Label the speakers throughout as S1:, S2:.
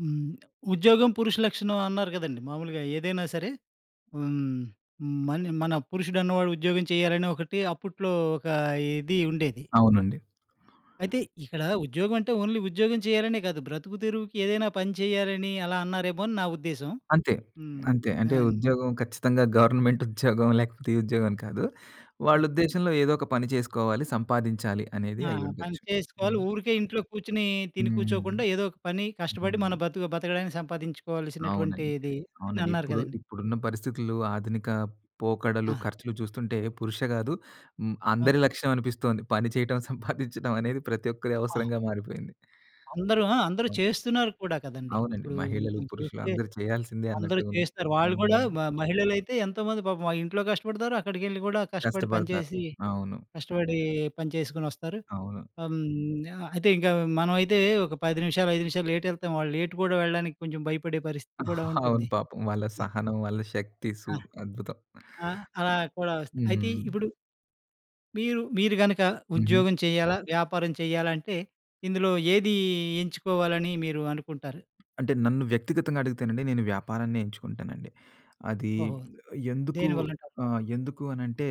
S1: హ్మ్. ఉద్యోగం పురుష లక్షణం అన్నారు కదండీ! మామూలుగా ఏదైనా సరే, హ్మ్, మన పురుషుడన్నవాడు ఉద్యోగం చేయాలని ఒకటి అప్పట్లో ఒక ఇది ఉండేది.
S2: అవునండి.
S1: అయితే ఇక్కడ ఉద్యోగం అంటే ఓన్లీ ఉద్యోగం చేయాలనే కాదు. బ్రతుకు తెరువుకి ఏదైనా పని చేయాలని అలా అన్నారేమో అని నా ఉద్దేశం.
S2: అంతే.
S1: హ్మ్.
S2: అంతే. అంటే
S1: ఆన్.
S2: ఉద్యోగం ఖచ్చితంగా గవర్నమెంట్ ఉద్యోగం లేకపోతే ఈ ఉద్యోగం అని కాదు.
S1: ఆ!
S2: వాళ్ళ ఉద్దేశంలో ఏదో ఒక పని చేసుకోవాలి, సంపాదించాలి అనేది
S1: ఆ! పని
S2: అయ్యుండొచ్చు.
S1: చేసుకోవాలి.
S2: హ్మ్.
S1: ఊరికే ఇంట్లో కూర్చొని తిని కూర్చోకుండా
S2: హ్మ్.
S1: ఏదో ఒక పని కష్టపడి
S2: హ్మ్.
S1: మన బతుకు బతకడానికి
S2: అవునండి.
S1: సంపాదించుకోవాల్సినటువంటిది అని
S2: అవునండి.
S1: అన్నారు
S2: ఇప్పుడు
S1: కదండీ!
S2: ఇప్పుడున్న పరిస్థితులు, ఆధునిక పోకడలు,
S1: ఆ!
S2: ఖర్చులు చూస్తుంటే పురుష కాదు
S1: ఆ!
S2: అందరి లక్ష్యం అనిపిస్తోంది. పని చేయటం, సంపాదించడం అనేది ప్రతి ఒక్కరి
S1: ఆ!
S2: అవసరంగా మారిపోయింది.
S1: అందరూ, ఆ, అందరూ
S2: అవును.
S1: చేస్తున్నారు కూడా కదండీ!
S2: అవునండి.
S1: ఇప్పుడు
S2: మహిళలు,
S1: మనం
S2: పురుషులు
S1: చూస్తే
S2: అందరూ చేయాల్సిందే
S1: అందరూ
S2: అన్నట్టుగా ఉంది.
S1: చేస్తారు. వాళ్ళు కూడా
S2: హ్మ్.
S1: మహిళలైతే ఎంతోమంది పాపం వాళ్ళ ఇంట్లో కష్టపడతారు. అక్కడికెళ్ళి కూడా కష్టపడి
S2: కష్టపడతారు.
S1: పనిచేసి
S2: అవును.
S1: కష్టపడి పని చేసుకొనొస్తారు.
S2: అవును.
S1: హ్మ్. అయితే ఇంకా మనమైతే ఒక 10 నిమిషాలు, 5 నిమిషాలు లేట్ ఎళ్తాం. వాళ్ళు లేట్ కూడా వెళ్ళడానికి కొంచెం భయపడే పరిస్థితి కూడా
S2: అవును
S1: ఉంటుంది.
S2: పాపం. వాళ్ళ సహనం, వాళ్ళ శక్తి
S1: ఆ!
S2: అద్భుతం.
S1: ఆ! అలా కూడా వస్తాయి. అయితే
S2: హ్మ్.
S1: ఇప్పుడు మీరు మీరు గనక
S2: హుహు.
S1: ఉద్యోగం చేయాలా? వ్యాపారం చేయాలంటే ఇందులో ఏది ఎంచుకోవాలని మీరు అనుకుంటారు?
S2: అంటే నన్ను వ్యక్తిగతంగా అడిగితేనండి నేను వ్యాపారాన్నే ఎంచుకుంటానండి. అది
S1: ఓహో!
S2: ఎందుకు
S1: దేనివల్లంటారు?
S2: ఎందుకు అనంటే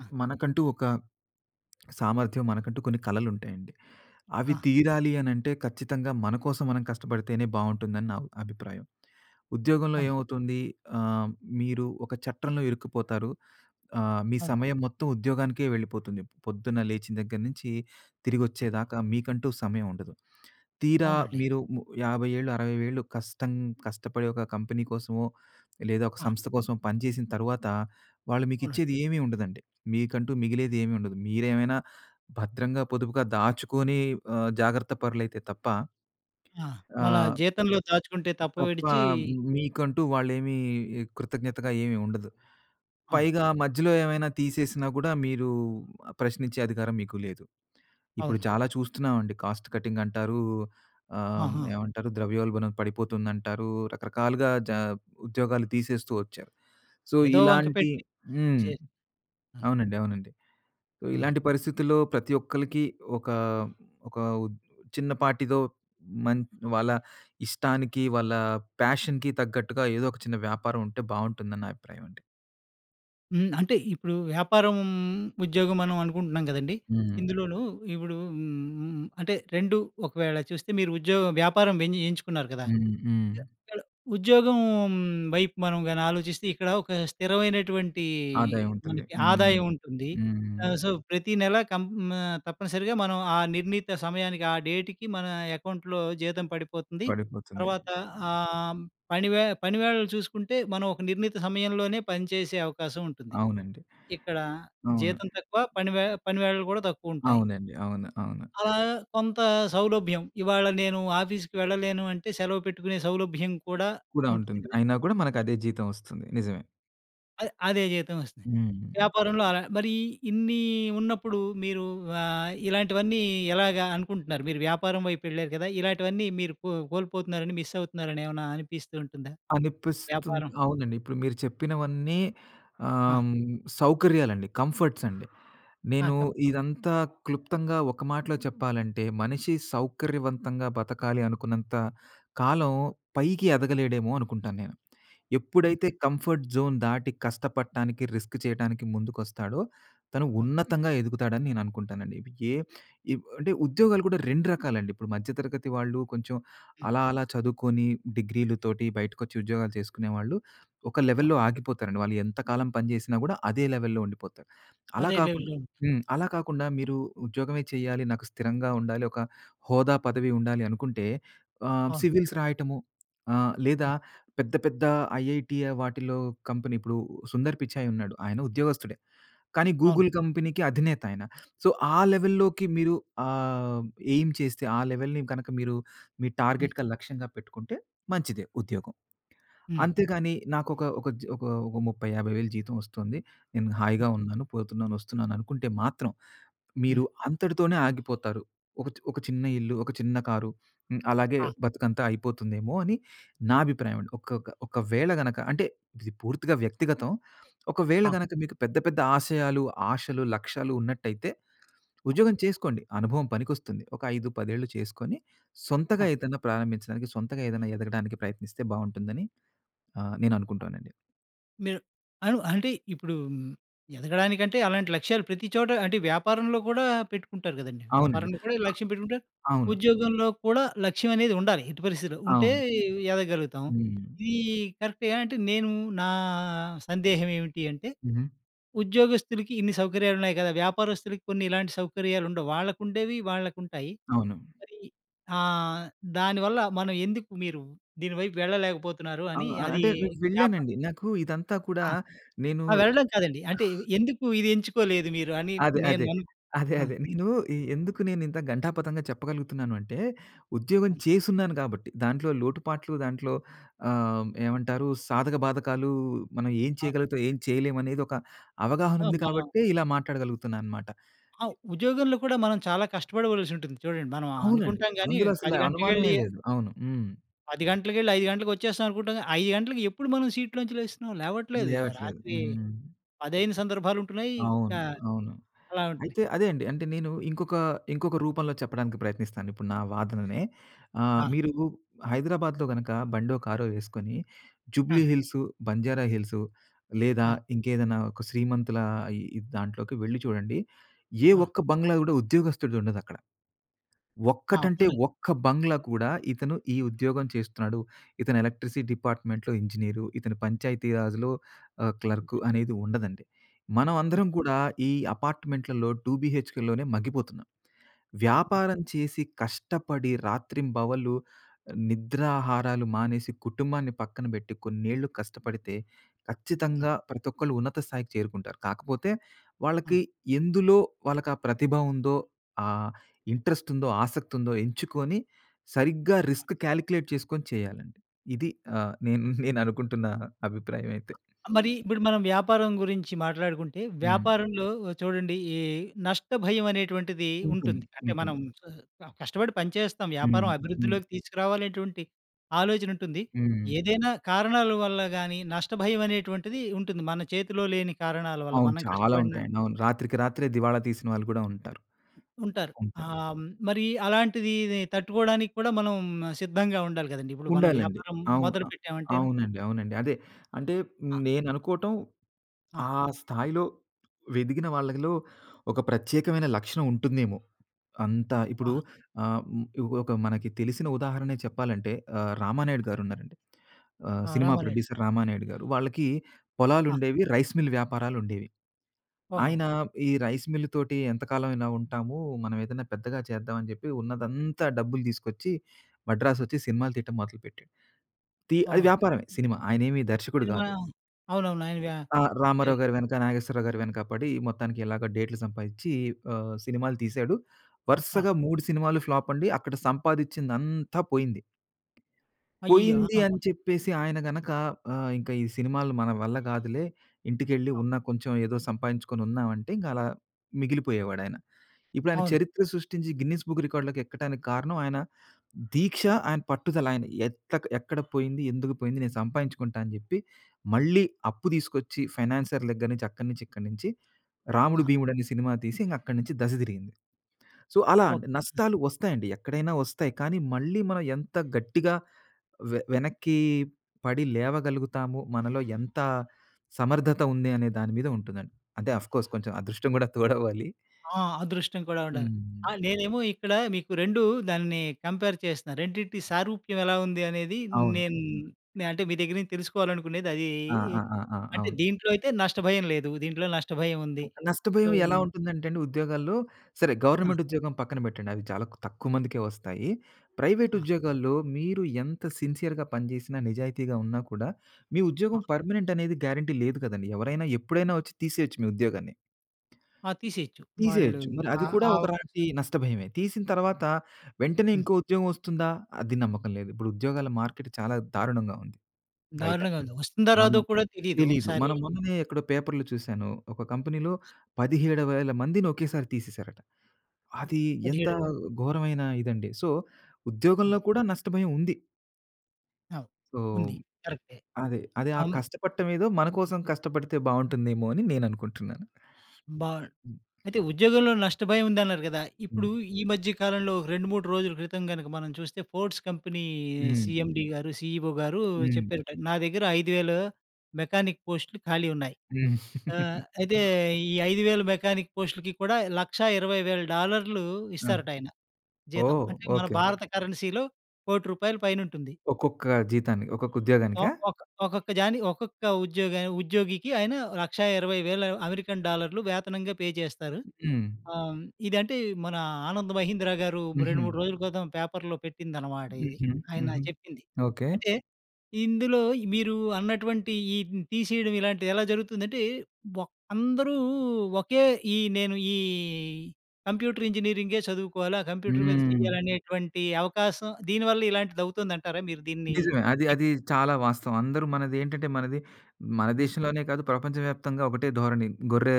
S1: ఆ!
S2: మనకంటూ ఒక సామర్థ్యం, మనకంటూ కొన్ని కలలుంటాయండి. అవి
S1: ఆ!
S2: తీరాలి అనంటే ఖచ్చితంగా మన కోసం మనం కష్టపడితేనే బావుంటుందని నా అభిప్రాయం. ఉద్యోగంలో
S1: అవును.
S2: ఏమవుతుంది ఆహ్, మీరు ఒక చట్రంలో ఇరుక్కుపోతారు. ఆ! మీ
S1: అవును.
S2: సమయం మొత్తం ఉద్యోగానికే వెళ్ళిపోతుంది. పొద్దున్న లేచిన దగ్గర నుంచి తిరిగొచ్చేదాకా మీకంటూ సమయం ఉండదు. తీరా
S1: అవునండి.
S2: మీరు 50 ఏళ్ళు, 60 ఏళ్ళు కష్టపడి ఒక కంపెనీ కోసమో, లేదా ఒక
S1: ఆ!
S2: సంస్థ కోసమో పనిచేసిన తర్వాత వాళ్ళు
S1: అవునండి.
S2: మీకిచ్చేది ఏమీ ఉండదండి. మీకంటూ మిగిలేది ఏమీ ఉండదు. మీరేమైనా భద్రంగా, పొదుపుగా దాచుకొని జాగ్రత్త పరులైతే తప్ప
S1: ఆ! మన
S2: ఆహ్
S1: జీతంలో దాచుకుంటే తప్పు
S2: తప్ప
S1: విడిచి,
S2: మీకంటూ వాళ్ళేమి కృతజ్ఞతగా ఏమి ఉండదు.
S1: అవును,
S2: పైగా మధ్యలో ఏమైనా తీసేసినా కూడా మీరు ప్రశ్నించే అధికారం మీకు లేదు. ఇప్పుడు
S1: అవును.
S2: చాలా చూస్తున్నామండి. కాస్ట్ కటింగ్ అంటారు.
S1: ఆ! ఆ!
S2: ఏమంటారు ద్రవ్యోల్బణం పడిపోతుందంటారు. రకరకాలుగా జ ఉద్యోగాలు తీసేస్తూ వచ్చారు. సో,
S1: ఏదో వంక
S2: ఇలాంటి
S1: పెట్టి
S2: హ్మ్.
S1: చేసేస్తున్నాను. అవును.
S2: అవునండి. అవునండి. సో,
S1: అవును.
S2: ఇలాంటి పరిస్థితుల్లో ప్రతి ఒక్కళ్ళకి ఒక ఒక ఉద్- చిన్నపాటిదో మన్ వాళ్ళ ఇష్టానికి, వాళ్ళ ప్యాషన్‌కి తగ్గట్టుగా ఏదో ఒక చిన్న వ్యాపారం ఉంటే బావుంటుందని నా అభిప్రాయం అండి.
S1: హ్మ్. అంటే ఇప్పుడు వ్యాపారం, ఉద్యోగం మనం అనుకుంటున్నాం కదండీ!
S2: హ్మ్.
S1: ఇందులోనూ ఇప్పుడు, హ్మ్, అంటే 2 ఒకవేళ చూస్తే మీరు ఉద్యోగ వ్యాపారం వెన్ ఎంచుకున్నారు కదా!
S2: హ్మ్.
S1: ఇక్కడ ఉద్యోగం వైపు మనం గాని ఆలోచిస్తే ఇక్కడ ఒక స్థిరమైనటువంటి
S2: ఆదాయం ఉంటుంది.
S1: మనకి
S2: హ్మ్.
S1: ఆదాయం ఉంటుంది.
S2: హ్మ్.
S1: ఆహ్, సో, ప్రతి నెల కం, ఆహ్, తప్పనిసరిగా మనం ఆ నిర్ణీత సమయానికి, ఆ డేట్‌కి మన అకౌంట్‌లో జీతం పడిపోతుంది.
S2: పడిపోతుంది.
S1: తర్వాత, ఆహ్, పని వేళలు చూసుకుంటే మనం ఒక నిర్ణీత సమయంలోనే పని చేసే అవకాశం ఉంటుంది.
S2: అవునండి.
S1: ఇక్కడ
S2: అవును.
S1: జీతం తక్కువ, పని వేళలు కూడా తక్కువుంటాయి.
S2: అవునండి. అవును. అవును.
S1: అలా కొంత సౌలభ్యం. ఇవాళ నేను ఆఫీస్‌కి వెళ్ళలేను అంటే సెలవు పెట్టుకునే సౌలభ్యం కూడా
S2: కూడా
S1: ఉంటుంది
S2: ఉంటుంది.
S1: కదండీ.
S2: అయినా కూడా మనకదే జీతం ఒస్తుంది. నిజమే.
S1: అదే జీతం వస్తుంది.
S2: హ్మ్.
S1: వ్యాపారంలో అలా మరి ఇన్ని ఉన్నప్పుడు మీరు, ఆహ్, ఇలాంటివన్నీ ఎలాగా అనుకుంటున్నారు? మీరు వ్యాపారం వైపు వెళ్లారు కదా! ఇలాంటివన్నీ మీరు కోల్పోతున్నారని, మిస్ అవుతున్నారని ఏమన్నా అనిపిస్తూ ఉంటుందా?
S2: అనిపిస్తుంది.
S1: వ్యాపారం.
S2: అవునండి. ఇప్పుడు మీరు చెప్పినవన్నీ
S1: ఆ!
S2: సౌకర్యాలండి. కంఫర్ట్స్ అండి.
S1: ఆ!
S2: నేను
S1: కం.
S2: ఇదంతా క్లుప్తంగా ఒక మాటలో చెప్పాలంటే, మనిషి సౌకర్యవంతంగా బతకాలి అనుకున్నంత కాలం పైకి ఎదగలేడేమో అనుకుంటాను నేను.
S1: హ్మ్.
S2: ఎప్పుడైతే కంఫర్ట్ జోన్ దాటి కష్టపడటానికి, రిస్క్ చేయటానికి ముందుకొస్తాడో, తను
S1: అవును.
S2: ఉన్నతంగా ఎదుగుతాడని నేను అనుకుంటానండి. ఇప్పు- ఏ ఇవ్ అంటే ఉద్యోగాలు కూడా 2 రకాలండి. ఇప్పుడు మధ్య తరగతి వాళ్ళు కొంచెం
S1: హ్మ్.
S2: అలా అలా చదువుకొని డిగ్రీలతోటి బయటకొచ్చి ఉద్యోగాలు చేసుకునేవాళ్ళు ఒక
S1: ఓహో!
S2: లెవెల్‌లో ఆగిపోతారండి. వాళ్ళు ఎంత కాలం పని చేసినా కూడా అదే లెవెల్‌లో ఉండిపోతారు. అలా
S1: అదే
S2: కాకుండా
S1: లెవెల్‌లో ఉంది.
S2: హ్మ్. అలా కాకుండా మీరు ఉద్యోగమే చేయాలి, నాకు స్థిరంగా ఉండాలి, ఒక హోదా, పదవి ఉండాలి అనుకుంటే
S1: అవును.
S2: సివిల్స్ రాయటము లేదా
S1: హ్మ్.
S2: పెద్ద పెద్ద ఐఐటీ వాటిలో కంపెనీ ఇప్పుడు 'సుందర్ పిచాయ్' ఉన్నాడు. ఆయన ఉద్యోగస్తుడే. కానీ
S1: అవును.
S2: గూగుల్ కంపెనీకి అధినేత ఆయన. సో, ఆ లెవెల్‌లోకి మీరు ఆహ్, ఎయిమ్ చేస్తే ఆ లెవెల్‌ని గనక మీరు మీ
S1: హ్మ్.
S2: టార్గెట్‌గా, లక్ష్యంగా పెట్టుకుంటే మంచిదే ఉద్యోగం.
S1: హ్మ్.
S2: అంతేగాని నాకొక ఒక జ ఒక ఒక 30, 50,000 జీతం వస్తుంది. నేను
S1: హ్మ్.
S2: హాయిగా ఉన్నాను, పోతున్నాను, వస్తున్నాను అనుకుంటే మాత్రం మీరు
S1: హ్మ్.
S2: అంతటితోనే ఆగిపోతారు. ఒక చిన్న ఇల్లు, ఒక చిన్న కారు, అలాగే
S1: ఆ!
S2: బతుకంతా అయిపోతుందేమో అని నా అభిప్రాయం అండి. ఒకవేళ గనక అంటే ఇది పూర్తిగా వ్యక్తిగతం. ఒకవేళ
S1: ఆ!
S2: గనక మీకు పెద్ద పెద్ద ఆశయాలు, ఆశలు, లక్ష్యాలు ఉన్నట్టయితే
S1: ఆ!
S2: ఉద్యోగం చేసుకోండి. అనుభవం పనికొస్తుంది. ఒక 5, 10 ఏళ్ళు చేసుకొని
S1: ఆ!
S2: సొంతగా ఏదైనా ప్రారంభించడానికి, సొంతగా ఏదైనా ఎదగడానికి ప్రయత్నిస్తే బావుంటుందని నేను అనుకుంటానండి.
S1: మీరు అంటే ఇప్పుడు, హ్మ్, ఎదగడానికంటే అలాంటి లక్ష్యాలు ప్రతి చోట అంటే వ్యాపారంలో కూడా పెట్టుకుంటారు కదండీ!
S2: అవునండి.
S1: వ్యాపారంలో కూడా
S2: అ
S1: లక్ష్యం పెట్టుకుంటారు.
S2: అవును.
S1: ఉద్యోగంలో కూడా లక్ష్యం అనేది ఉండాలి. ఎట్టి పరిస్థితిలో ఉంటే
S2: అవును.
S1: ఎదగలుగుతాం.
S2: హ్మ్.
S1: ఇది కరెక్టే. అంటే నేను, నా సందేహం ఏమిటి అంటే
S2: హుహు.
S1: ఉద్యోగస్తులకి ఇన్ని సౌకర్యాలున్నాయి కదా! వ్యాపారస్తులకి కొన్ని ఇలాంటి సౌకర్యాలుండవు. వాళ్ళకుండేవి వాళ్ళకుంటాయి.
S2: అవును.
S1: మరి, ఆహ్, దానివల్ల మనం ఎందుకు మీరు దీని వైపు వెళ్ళలేకపోతున్నారు
S2: ఆ!
S1: అని
S2: ఆ!
S1: అది,
S2: అంటే నేను
S1: వ్యాపా
S2: వెళ్ళానండి. నాకు ఇదంతా కూడా
S1: ఆ!
S2: నేను
S1: ఆ! వెళ్ళడం కాదండి. అంటే ఎందుకు ఇది ఎంచుకోలేదు మీరు అని
S2: అదే.
S1: నేను
S2: అదే. అదే.
S1: ఆ!
S2: అదే. నేను ఎందుకు నేను ఇంత ఘంటాపథంగా చెప్పగలుగుతున్నాను అంటే, ఉద్యోగం
S1: ఆ!
S2: చేసున్నాను కాబట్టి. దాంట్లో లోటుపాట్లు, దాంట్లో ఏమంటారు సాధక బాధకాలు మనం ఏం చేయగలుగుతాం, ఏం చేయలేం అనేది ఒక అవగాహన
S1: ఆ!
S2: ఉంది
S1: మనం
S2: కాబట్టే ఇలా మాట్లాడగలుగుతున్నా అన్నమాట.
S1: ఆ! ఉద్యోగంలో కూడా మనం చాలా కష్టపడవలసి ఉంటుంది. చూడండి మనం
S2: అవునండి.
S1: అనుకుంటాం గానీ
S2: అందులో అసలు
S1: 10
S2: అనుమానమే
S1: గంటలకెళ్ళి
S2: లేదు. అవును. హ్మ్.
S1: 10 గంటలకెళ్ళి 5 గంటలకొచ్చేస్తాం అనుకుంటాం గానీ 5 గంటలకి ఎప్పుడు మనం సీట్లోంచి లేస్తున్నాం? లేవట్లేదు.
S2: లేవట్లేదు.
S1: రాత్రి
S2: హ్మ్.
S1: 10 అయిన సందర్భాలుంటున్నాయి.
S2: అవును.
S1: ఆహ్,
S2: అవును.
S1: అలా ఉంటున్నాయి.
S2: అయితే అదే అండి. ఇంకొక రూపంలో చెప్పడానికి ప్రయత్నిస్తాను ఇప్పుడు నా వాదననే.
S1: ఆ!
S2: మీరు హైదరాబాద్‌లో గనక బండో, కారో వేసుకొని
S1: ఆ!
S2: జూబ్లీ హిల్స్, బంజారా హిల్స్ లేదా
S1: ఆ!
S2: ఇంకేదైనా ఒక శ్రీమంతుల ఈ ఈ దాంట్లోకి వెళ్లి చూడండి. ఏ
S1: ఆ!
S2: ఒక్క బంగ్లా కూడా ఉద్యోగస్తుడిది ఉండదక్కడ.
S1: ఆ!
S2: ఒక్కటంటే
S1: ఉండదు.
S2: ఒక్క బంగ్లా కూడా ఇతను ఈ ఉద్యోగం చేస్తున్నాడు. ఇతను ఎలక్ట్రిసిటీ డిపార్ట్‌మెంట్‌లో ఇంజినీరు, ఇతను పంచాయతీ రాజ్‌లో క్లర్కు అనేది ఉండదండి. మనం
S1: ఆ!
S2: అందరం కూడా ఈ అపార్ట్‌మెంట్‌లలో 2 బీహెచ్‌కేలోనే మగ్గిపోతున్నాం.
S1: హ్మ్.
S2: వ్యాపారం చేసి కష్టపడి రాత్రింబవళ్ళు నిద్రాహారాలు మానేసి, కుటుంబాన్ని పక్కన బెట్టి కొన్నేళ్ళు కష్టపడితే
S1: హ్మ్.
S2: ఖచ్చితంగా ప్రతి ఒక్కళ్ళు ఉన్నత స్థాయికి చేరుకుంటారు. కాకపోతే
S1: ఆ!
S2: వాళ్ళకి ఎందులో వాళ్ళకి ఆ ప్రతిభ ఉందో, ఆ ఇంట్రెస్ట్ ఉందో, ఆసక్తి ఉందో ఎంచుకొని సరిగ్గా రిస్క్ కాలిక్యులేట్ చేసుకొని చేయాలండి. ఇది నేను నేననుకుంటున్న అభిప్రాయం అయితే.
S1: మరి ఇప్పుడు మనం వ్యాపారం గురించి మాట్లాడుకుంటే,
S2: హ్మ్.
S1: వ్యాపారంలో చూడండి ఈ నష్టభయం అనేటువంటిది
S2: ఉంటుంది.
S1: ఉంటుంది. అంటే మనం,
S2: ఉంటుంది.
S1: ఆహ్, కష్టపడి పనిచేస్తాం.
S2: హ్మ్.
S1: వ్యాపారం
S2: హ్మ్.
S1: అభివృద్ధిలోకి తీసుకురావాలనేటువంటి ఆలోచన ఉంటుంది.
S2: హ్మ్.
S1: ఏదైనా కారణాల వల్ల గాని నష్టభయం అనేటువంటిది ఉంటుంది. మన చేతిలో లేని కారణాల వల్ల
S2: అవును.
S1: మనం
S2: చాలా
S1: కష్టపడిన
S2: ఉంటాయండి. అవును. రాత్రికి రాత్రే దివాళా తీసిన వాళ్ళు గూడా ఉంటారు.
S1: ఉంటారు.
S2: ఉంటారు.
S1: ఆహ్, మరి అలాంటిది తట్టుకోవడానికి కూడా మనం సిద్ధంగా ఉండాలి కదండీ! ఇప్పుడు మనం
S2: ఉండాలండి.
S1: వ్యాపారం
S2: అవు అ
S1: మొదలుపెట్టామంటేను,
S2: అవునండి. అవునండి. అదే. అంటే
S1: ఆ!
S2: నేననుకోవటం
S1: ఆ!
S2: ఆ స్థాయిలో వెదిగిన వాళ్ళలో ఒక ప్రత్యేకమైన లక్షణం ఉంటుందేమో! అంత
S1: ఆ!
S2: ఇప్పుడు ఆహ్, హ్మ్, ఒక మనకి తెలిసిన ఉదాహరణే చెప్పాలంటే రామానాయుడు గారున్నారండి.
S1: ఆ!
S2: సినిమా
S1: రామారాయుడు.
S2: ప్రొడ్యూసర్ రామానాయుడు గారు. వాళ్ళకి
S1: ఆ!
S2: పొలాలుండేవి. రైస్ మిల్ వ్యాపారాలుండేవి.
S1: ఓహో!
S2: ఆయన ఈ రైస్ మిల్ తోటి ఎంతకాలం ఇలా ఉంటాము. మనం ఏదైనా పెద్దగా చేద్దాం అని చెప్పి ఉన్నదంతా డబ్బులు తీసుకొచ్చి మద్రాసొచ్చి సినిమాలు తీయటం మొదలుపెట్టాడు. అది
S1: ఓహో!
S2: వ్యాపారమే సినిమా. ఆయనేమి దర్శకుడు
S1: నేను మన,
S2: కాదు.
S1: అవునవును. ఆయన
S2: ఆ!
S1: అంటే,
S2: రామారావు గారి వెనక, నాగేశ్వరరావు గారి వెనక పడి మొత్తానికి ఎలాగో డేట్లు సంపాదిచ్చి సినిమాలు తీశాడు.
S1: ఆ!
S2: వరుసగా 3 సినిమాలు ఫ్లాప్ అండి. అక్కడ సంపాదిచ్చిందంతా పోయింది.
S1: అయ్యయ్యో!
S2: పోయింది
S1: ఆహా!
S2: అని చెప్పేసి ఆయన గనక ఇంక ఈ సినిమాలు మన వల్ల గాదులే, ఇంటికెళ్ళి
S1: ఆ!
S2: ఉన్న కొంచెం ఏదో సంపాదించుకొని ఉన్నామంటే ఇంక అలా మిగిలిపోయేవాడాయన. ఇప్పుడాయన
S1: అవును.
S2: చరిత్ర సృష్టించి గిన్నిస్ బుక్ రికార్డ్‌లకి ఎక్కటానికి కారణం ఆయన దీక్ష, ఆయన పట్టుదల. ఆయన ఎక్కడ పోయింది, ఎందుకు పోయింది, నేను సంపాదించుకుంటా అని జెప్పి మళ్ళీ అప్పు తీసుకొచ్చి ఫైనాన్సర్ దగ్గర నుంచి, అక్కడి నుంచి, ఇక్కడి నుంచి
S1: ఆ!
S2: 'రాముడు భీముడు' అనే సినిమా తీసి ఇంక అక్కడి నుంచి దశ తిరిగింది. సో, అలా
S1: ఓకే.
S2: అండి. నష్టాలు వస్తాయండి. ఎక్కడైనా వస్తాయి. కానీ మళ్ళీ మనం ఎంత గట్టిగా వెనక్కి పడి లేవగలుగుతాము. మనలో ఎంత సమర్థత ఉంది అనే దాని మీద ఉంటుందండి. అంటే ఆఫ్‌కోర్స్ కొంచెం అదృష్టం గూడా తోడవ్వాలి.
S1: ఆ! అదృష్టం కూడా ఉండాలి.
S2: హ్మ్.
S1: ఆ! నేనేమో ఇక్కడ మీకు 2 దాన్ని కంపేర్ చేస్తున్నా. రెండిటి సారూప్యం ఎలా ఉంది అనేది
S2: అవును.
S1: నేను అంటే మీ దగ్గర నుంచి తెలుసుకోవాలనుకునేది అది.
S2: ఆ! ఆ! ఆ! ఆ!
S1: అంటే
S2: అవును.
S1: దీంట్లో అయితే నష్టభయం లేదు. దీంట్లో నష్టభయం ఉంది. సో,
S2: నష్టభయం ఎలా ఉంటుందంటే అండి ఉద్యోగాల్లో సరే
S1: ఆ!
S2: గవర్నమెంట్ ఉద్యోగం పక్కన పెట్టండి. అవి చాలా తక్కువ మందికే వస్తాయి. ప్రైవేట్
S1: ఆ!
S2: ఉద్యోగాల్లో మీరు ఎంత సిన్సియర్‌గా పనిచేసినా, నిజాయితీగా ఉన్నా కూడా మీ ఉద్యోగం
S1: ఆ!
S2: పర్మనెంట్ అనేది గ్యారంటీ లేదు కదండీ. ఎవరైనా ఎప్పుడైనా వచ్చి తీసేయొచ్చు మీ ఉద్యోగాన్ని.
S1: ఆ! తీసేయొచ్చు. వాళ్ళు,
S2: తీసేయొచ్చు. మరి అది
S1: ఆ,
S2: కూడా
S1: ఆ అవకాశం.
S2: ఒకలాంటి నష్టభయమే. తీసిన తర్వాత వెంటనే
S1: హ్మ్.
S2: ఇంకో ఉద్యోగం వస్తుందా? అది నమ్మకం లేదు. ఇప్పుడు ఉద్యోగాల మార్కెట్ చాలా దారుణంగా ఉంది బయట.
S1: దారుణంగా ఉంది. వస్తుందో
S2: మనం
S1: రాదో కూడా తెలీదు.
S2: తెలీదు.
S1: ఒకసారి
S2: మనం మొన్ననే ఎక్కడో పేపర్‌లో చూసాను. ఒక కంపెనీలో 17,000 మందిని ఒకేసారి తీసేసారట. అది ఎంత
S1: 17
S2: ఘోరమైన ఇదండి. సో,
S1: ఆ!
S2: ఉద్యోగంలో కూడా నష్టభయం ఉంది.
S1: అవును.
S2: సో,
S1: ఉంది. కరెక్టే.
S2: అదే. అదే ఆ
S1: అం
S2: కష్టపడటం ఏదో మన కోసం కష్టపడితే బావుంటుందేమో అని నేననుకుంటున్నాను.
S1: బా
S2: హ్మ్.
S1: అయితే ఉద్యోగంలో నష్టభయం ఉందన్నారు కదా!
S2: హ్మ్.
S1: ఇప్పుడు ఈ మధ్య కాలంలో ఒక 2, 3 రోజుల క్రితం గనక మనం చూస్తే ఫోర్డ్స్ కంపెనీ
S2: హ్మ్.
S1: సీఎండీ గారు, సీఈఓ గారు
S2: హ్మ్.
S1: చెప్పారట. నా దగ్గర 5,000 మెకానిక్ పోస్టులు ఖాళీ ఉన్నాయి.
S2: హ్మ్.
S1: ఆహ్, అయితే ఈ 5,000 మెకానిక్ పోస్టులకి కూడా $1,20,000
S2: ఆ!
S1: ఇస్తారట ఆయన జీతం.
S2: ఓహ్!
S1: అంటే మన
S2: ఓకే.
S1: భారత కరెన్సీలో రూ. 1,00,00,000 పైనుంటుంది.
S2: ఒక్కొక్క జీతానికి, ఒక్కొక్క
S1: ఒ
S2: ఉద్యోగానికా?
S1: ఒక ఒక్కొక్క ఒక్కొక్క ఉద్యోగికి ఆయన 1,20,000 అమెరికన్ డాలర్లు వేతనంగా పే చేస్తారు.
S2: హ్మ్.
S1: ఆ! ఇదంటే మన 'ఆనంద్ మహీంద్రా' గారు
S2: హుహు.
S1: 2, 3 రోజుల క్రితం పేపర్‌లో పెట్టిందనమాట ఇది.
S2: హుహు.
S1: ఆయన
S2: హుహు.
S1: చెప్పింది.
S2: ఓకే.
S1: అంటే ఇందులో మీరు అన్నటువంటి ఈ తీసేయడం ఇలాంటిది ఎలా జరుగుతుందంటే అందరూ ఒకే, ఈ నేను ఈ కంప్యూటర్ ఇంజినీరింగే చదువుకోవాలి. ఆ కంప్యూటర్ మీద
S2: హ్మ్.
S1: చేయాలనేటువంటి అవకాశం దీనివల్ల ఇలాంటిదవుతుందంటారా? మీరు దీన్ని
S2: నిజమే. అది
S1: మీకు,
S2: అది చాలా వాస్తవం. అందరూ మనదేంటంటే మన
S1: ఆ!
S2: దేశంలోనే కాదు ప్రపంచవ్యాప్తంగా ఒకటే ధోరణి. గొర్రె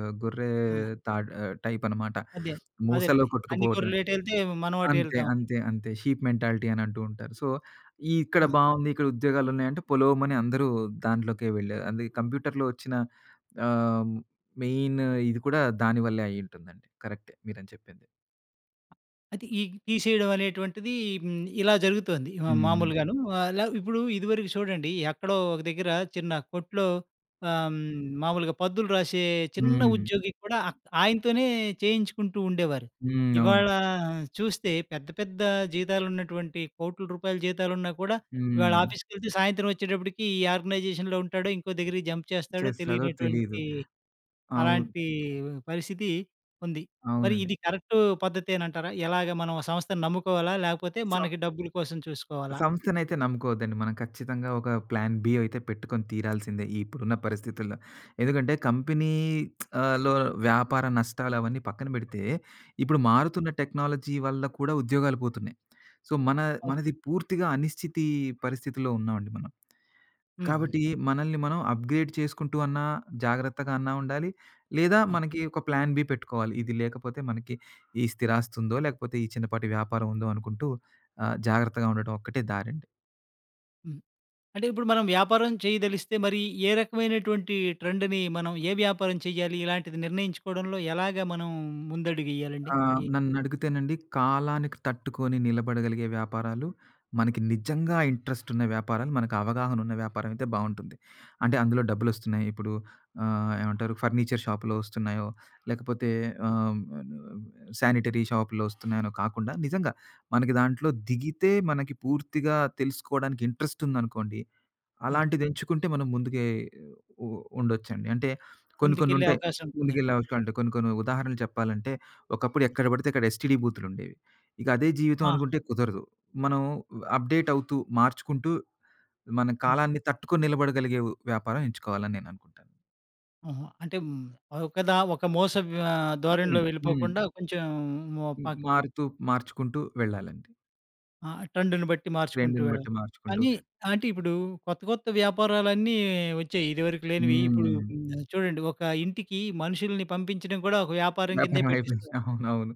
S2: ఆహ్, గొర్రె
S1: ఆ!
S2: టైపనమాట.
S1: అదే.
S2: మూసలో
S1: అదేనండి. అన్ని
S2: కొట్టుకుపోవటమే.
S1: కొర్రలు ఎటెళ్తే మనం
S2: అంతే.
S1: అటెళ్తాం.
S2: అంతే. అంతే. షీప్ మెంటాలిటీ అని అంటూ ఉంటారు. సో, ఇక్కడ
S1: ఆ!
S2: బావుంది, ఇక్కడ ఉద్యోగాలున్నాయంటే పొలోమని అందరూ దాంట్లోకే వెళ్ళారు. అది కంప్యూటర్‌లో వచ్చిన ఆహ్, మెయిన్ ఇది కూడా దాని వల్లే అయ్యుంటుందండి. కరెక్టే మీరని చెప్పింది.
S1: అయితే ఈ తీసేయడం అనేటువంటిది, హ్మ్, ఇలా జరుగుతోంది. మా, హ్మ్,
S2: హ్మ్.
S1: మామూలుగాను. ఆహ్, ఇప్పుడు ఇదివరకు చూడండి ఎక్కడో ఒక దగ్గర చిన్న కొట్లో, ఆహ్, హ్మ్, మామూలుగా పద్దులు రాసే చిన్న
S2: హ్మ్.
S1: ఉద్యోగి కూడా ఆయనతోనే చేయించుకుంటూ ఉండేవారు.
S2: హ్మ్. అవును.
S1: ఇవాళ, హ్మ్, చూస్తే పెద్ద పెద్ద జీతాలున్నటువంటి కోట్ల రూపాయల జీతాలున్నా కూడా ఇవాళ, హ్మ్,
S2: హ్మ్.
S1: ఆఫీస్‌కెళ్తే సాయంత్రం వచ్చేటప్పటికి ఈ ఆర్గనైజేషన్‌లో ఉంటాడో, ఇంకో దగ్గరికి జంప్ చేస్తాడో
S2: చేస్తారో తెలీదు.
S1: తెలియనటువంటి
S2: అవును.
S1: అలాంటి పరిస్థితి ఉంది. మరి
S2: అవునండి.
S1: ఇది కరెక్ట్ పద్ధతేనంటారా? ఎలాగ మనం ఆ సంస్థను నమ్ముకోవాలా? లేకపోతే
S2: సో
S1: మనకి డబ్బుల కోసం చూసుకోవాలా?
S2: సంస్థనైతే నమ్ముకోవద్దండి. మనం ఖచ్చితంగా ఒక ప్లాన్ బి అయితే పెట్టుకొని తీరాల్సిందే ఈ ఇప్పుడున్న పరిస్థితుల్లో. ఎందుకంటే కంపెనీ ఆహ్, లో వ్యాపార నష్టాలు అవన్నీ పక్కన పెడితే, ఇప్పుడు మారుతున్న టెక్నాలజీ వల్ల కూడా ఉద్యోగాలు పోతున్నాయి. సో, మన
S1: అవును.
S2: మనది పూర్తిగా అనిశ్చితి పరిస్థితిలో ఉన్నామండి మనం.
S1: హ్మ్. హ్మ్.
S2: కాబట్టి మనల్ని మనం అప్‌గ్రేడ్ చేసుకుంటూ అన్నా, జాగ్రత్తగా అన్నా ఉండాలి. లేదా
S1: ఆ!
S2: మనకి ఒక ప్లాన్ బి పెట్టుకోవాలి. ఇది లేకపోతే మనకి ఈ స్థిరాస్తుందో, లేకపోతే ఈ చిన్నపాటి వ్యాపారం ఉందో అనుకుంటూ జాగ్రత్తగా ఉండటం ఒక్కటే దారండి.
S1: హ్మ్. అంటే ఇప్పుడు మనం వ్యాపారం చేయదలిస్తే మరి ఏ రకమైనటువంటి ట్రెండ్‌ని మనం ఏ వ్యాపారం చేయాలి? ఇలాంటిది నిర్ణయించుకోవడంలో ఎలాగ మనం ముందడుగేయాలండి?
S2: ఆ!
S1: ఈ,
S2: నన్నడిగితేనండి కాలానికి తట్టుకొని నిలబడగలిగే వ్యాపారాలు, మనకి నిజంగా ఇంట్రెస్టున్న వ్యాపారాలు, మనకు అవగాహనున్న వ్యాపారం అయితే బావుంటుంది. అంటే అందులో డబ్బులొస్తున్నాయి. ఇప్పుడు ఏమంటారు ఫర్నిచర్ షాపులో వస్తున్నాయో, లేకపోతే ఆహ్, శానిటరీ షాపులో వస్తున్నాయనో కాకుండా నిజంగా మనకి దాంట్లో దిగితే మనకి పూర్తిగా తెలుసుకోవడానికి ఇంట్రెస్టుందనుకోండి
S1: హ్మ్,
S2: అలాంటిదెంచుకుంటే మనం ముందుకే ఉ ఉండొచ్చండి. అంటే కొన్ని
S1: ముందుకెళ్ళే
S2: కొన్నుంటాయి.
S1: అవకాశం
S2: ముందుకెళ్ళే అవకాశాలు ఉంటాయి.
S1: ఉంటుందంటారు.
S2: ముందుకెళ్ళవచ్చు. అంటే కొన్ని కొన్ని ఉదాహరణలు చెప్పాలంటే, ఒకప్పుడు ఎక్కడ పడితే అక్కడ ఎస్టీడీ బూతులుండేవి. ఇక అదే జీవితం
S1: ఆ!
S2: అనుకుంటే కుదరదు. మనం అప్‌డేట్ అవుతూ, మార్చుకుంటూ మన
S1: ఆ!
S2: కాలాన్ని తట్టుకొని నిలబడగలిగే వ్యాపారం ఎంచుకోవాలని నేననుకుంటాను.
S1: ఆహా! అంటే, హ్మ్, ఒక మోసపు, ఆహ్, ధోరణిలో
S2: హ్మ్. హ్మ్.
S1: వెళ్ళిపోకుండా కొంచెం, మొ
S2: హ్మ్.
S1: పక్
S2: మారుతూ, మార్చుకుంటూ వెళ్ళాలండి.
S1: ఆ! ట్రెండ్‌ని బట్టి మార్చుకుంటూ
S2: ట్రెండ్‌ని
S1: వెళ్ళాలి.
S2: బట్టి మార్చుకుంటూ.
S1: కానీ అంటే ఇప్పుడు కొత్త కొత్త వ్యాపారాలన్నీ వచ్చాయి. ఇదివరకు లేనివి. ఇప్పుడు,
S2: హ్మ్.
S1: హ్మ్, చూడండి ఒక ఇంటికి మనుషుల్ని పంపించడం కూడా ఒక వ్యాపారం కిందే
S2: వ్యాపారం అయిపోయింది.
S1: పెట్టిస్తారు.
S2: అవునవును.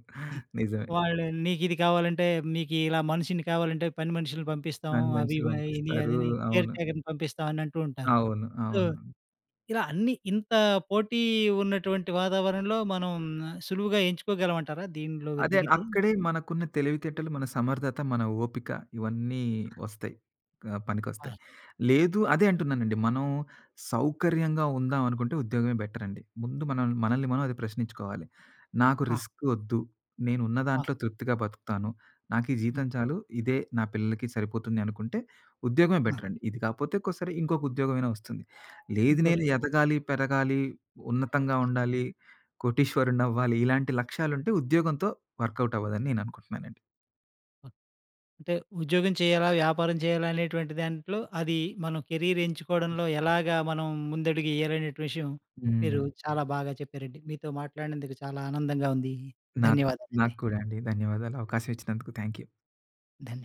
S2: నిజమే.
S1: వాళ్ళు, "నీకిది కావాలంటే మీకు ఇలా మనిషిని కావాలంటే పని మనుషుల్ని పంపిస్తాం.
S2: కానీ
S1: అవి
S2: మనుషులు
S1: ఇవి ఇది
S2: పంపిస్తారు.
S1: అదిని కేర్
S2: అవును.
S1: టేకర్‌ని పంపిస్తాం" అని అంటూ ఉంటారు.
S2: అవును.
S1: సో,
S2: అవును.
S1: ఇలా అన్ని ఇంత పోటీ ఉన్నటువంటి వాతావరణంలో మనం సులువుగా ఎంచుకోగలమంటారా దీనిలో
S2: అదే
S1: దిగితే?
S2: అక్కడే మనకున్న తెలివితేటలు, మన సమర్థత, మన ఓపిక ఇవన్నీ వస్తాయి.
S1: ఆ!
S2: పనికొస్తాయి. లేదు అదే అంటున్నానండి. మనం సౌకర్యంగా ఉందాం అనుకుంటే ఉద్యోగమే బెటర్ అండి. ముందు మనం మనల్ని మనం అది ప్రశ్నించుకోవాలి. నాకు
S1: ఆ!
S2: రిస్క్ ఒద్దు. నేను ఉన్న
S1: ఆ!
S2: దాంట్లో తృప్తిగా బతుకుతాను. నాకు ఈ
S1: ఆ!
S2: జీతం చాలు. ఇదే నా పిల్లలకి సరిపోతుంది అనుకుంటే ఉద్యోగమే
S1: ఆ!
S2: బెటర్ అండి. ఇది కాకపోతే ఒక్కోసారి ఇంకొక ఉద్యోగమైనా వస్తుంది. లేదు నేను
S1: ఇంకోటి,
S2: ఎదగాలి, పెరగాలి, ఉన్నతంగా ఉండాలి, కోటీశ్వరుడినవ్వాలి ఇలాంటి లక్ష్యాలుంటే ఉద్యోగంతో వర్కౌట్ అవ్వదని నేననుకుంటున్నానండి.
S1: అంటే ఉద్యోగం చేయాలా? వ్యాపారం చేయాలా? అనేటువంటి దాంట్లో అది మనం కెరీర్ ఎంచుకోవడంలో ఎలాగా మనం ముందడుగు ఎయ్యాలనే విషయం
S2: హ్మ్.
S1: మీరు చాలా బాగా చెప్పారండి. మీతో మాట్లాడినందుకు చాలా ఆనందంగా ఉంది.
S2: నాకు
S1: ధన్యవాదాలండి.
S2: నాకు కూడా అండి. ధన్యవాదాలు. అవకాశం ఇచ్చినందుకు థాంక్ యూ.
S1: ధన్య